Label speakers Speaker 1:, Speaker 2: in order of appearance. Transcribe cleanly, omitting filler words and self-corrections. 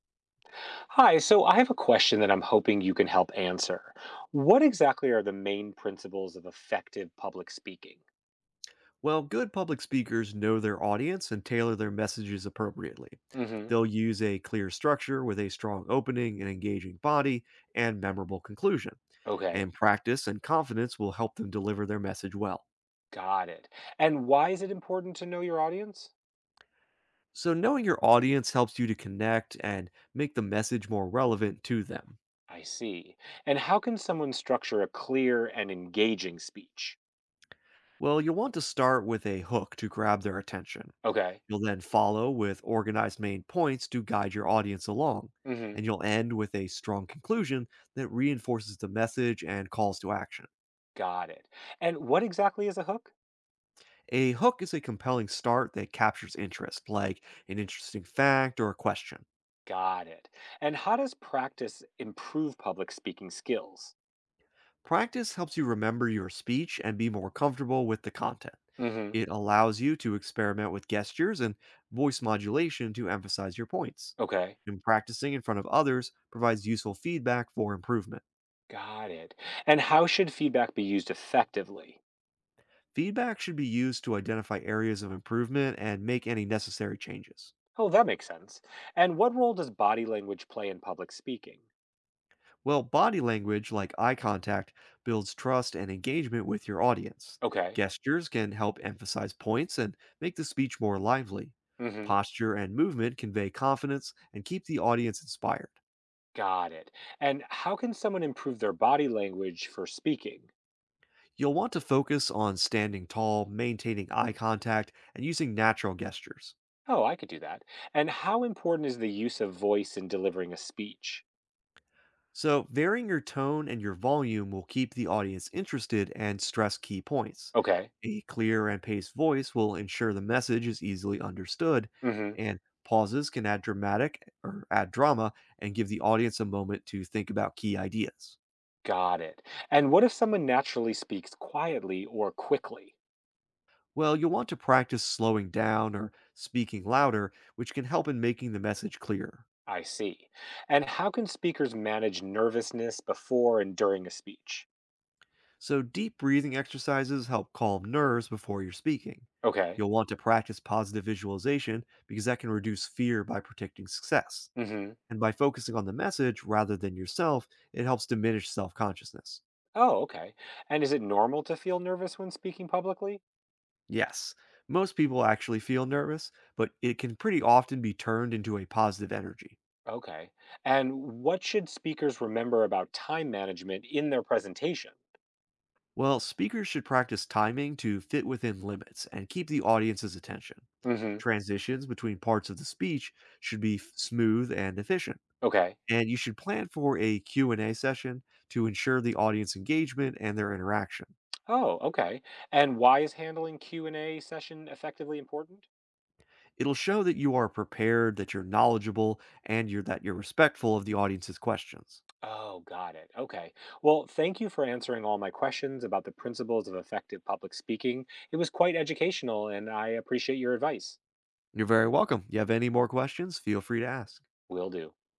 Speaker 1: Hi, so I have a question that I'm hoping you can help answer. What exactly are the main principles of effective public speaking?
Speaker 2: Well, good public speakers know their audience and tailor their messages appropriately.
Speaker 1: Hmm.
Speaker 2: They'll use a clear structure with a strong opening, an engaging body, and memorable conclusion.
Speaker 1: Okay,
Speaker 2: And practice and confidence will help them deliver their message well.
Speaker 1: got it. And why is it important to know your audience?
Speaker 2: So, knowing your audience helps you to connect and make the message more relevant to them.
Speaker 1: I see. And how can someone structure a clear and engaging speech?
Speaker 2: Well, you'll want to start with a hook to grab their attention.
Speaker 1: Okay.
Speaker 2: You'll then follow with organized main points to guide your audience along,
Speaker 1: Hmm.
Speaker 2: and you'll end with a strong conclusion that reinforces the message and calls to action.
Speaker 1: Got it. And what exactly is a hook?
Speaker 2: A hook is a compelling start that captures interest, like an interesting fact or a question.
Speaker 1: Got it. And how does practice improve public speaking skills?
Speaker 2: Practice helps you remember your speech and be more comfortable with the content.
Speaker 1: Hmm.
Speaker 2: It allows you to experiment with gestures and voice modulation to emphasize your points.
Speaker 1: Okay.
Speaker 2: And practicing in front of others provides useful feedback for improvement.
Speaker 1: Got it. And how should feedback be used effectively?
Speaker 2: Feedback should be used to identify areas of improvement and make any necessary changes.
Speaker 1: Oh, that makes sense. And what role does body language play in public speaking?
Speaker 2: Well, body language like eye contact builds trust and engagement with your audience.
Speaker 1: Okay.
Speaker 2: Gestures can help emphasize points and make the speech more lively.
Speaker 1: Mm-hmm.
Speaker 2: Posture and movement convey confidence and keep the audience inspired.
Speaker 1: Got it. And how can someone improve their body language for speaking?
Speaker 2: You'll want to focus on standing tall, maintaining eye contact, and using natural gestures.
Speaker 1: Oh, I could do that. And how important is the use of voice in delivering a speech?
Speaker 2: So, varying your tone and your volume will keep the audience interested and stress key points.
Speaker 1: Okay.
Speaker 2: A clear and paced voice will ensure the message is easily understood,
Speaker 1: Mm-hmm.
Speaker 2: and pauses can add dramatic or add drama and give the audience a moment to think about key ideas.
Speaker 1: Got it. And what if someone naturally speaks quietly or quickly?
Speaker 2: Well, you'll want to practice slowing down or speaking louder, which can help in making the message clearer.
Speaker 1: I see. And how can speakers manage nervousness before and during a speech?
Speaker 2: So, deep breathing exercises help calm nerves before you're speaking.
Speaker 1: Okay.
Speaker 2: You'll want to practice positive visualization because that can reduce fear by predicting success.
Speaker 1: Mhm.
Speaker 2: And by focusing on the message rather than yourself, it helps diminish self consciousness.
Speaker 1: Oh, okay. And is it normal to feel nervous when speaking publicly?
Speaker 2: Yes, most people actually feel nervous, but it can pretty often be turned into a positive energy.
Speaker 1: Okay. And what should speakers remember about time management in their presentation?
Speaker 2: Well, speakers should practice timing to fit within limits and keep the audience's attention.
Speaker 1: Mhm.
Speaker 2: Transitions between parts of the speech should be smooth and efficient,
Speaker 1: Okay.
Speaker 2: and you should plan for a Q&A session to ensure the audience engagement and their interaction.
Speaker 1: Oh, okay. And why is handling Q&A session effectively important?
Speaker 2: It'll show that you are prepared, that you're knowledgeable, and you're that you're respectful of the audience's questions.
Speaker 1: Oh, got it. Okay. Well, thank you for answering all my questions about the principles of effective public speaking. It was quite educational and I appreciate your advice.
Speaker 2: You're very welcome. You have any more questions, feel free to ask.
Speaker 1: Will do.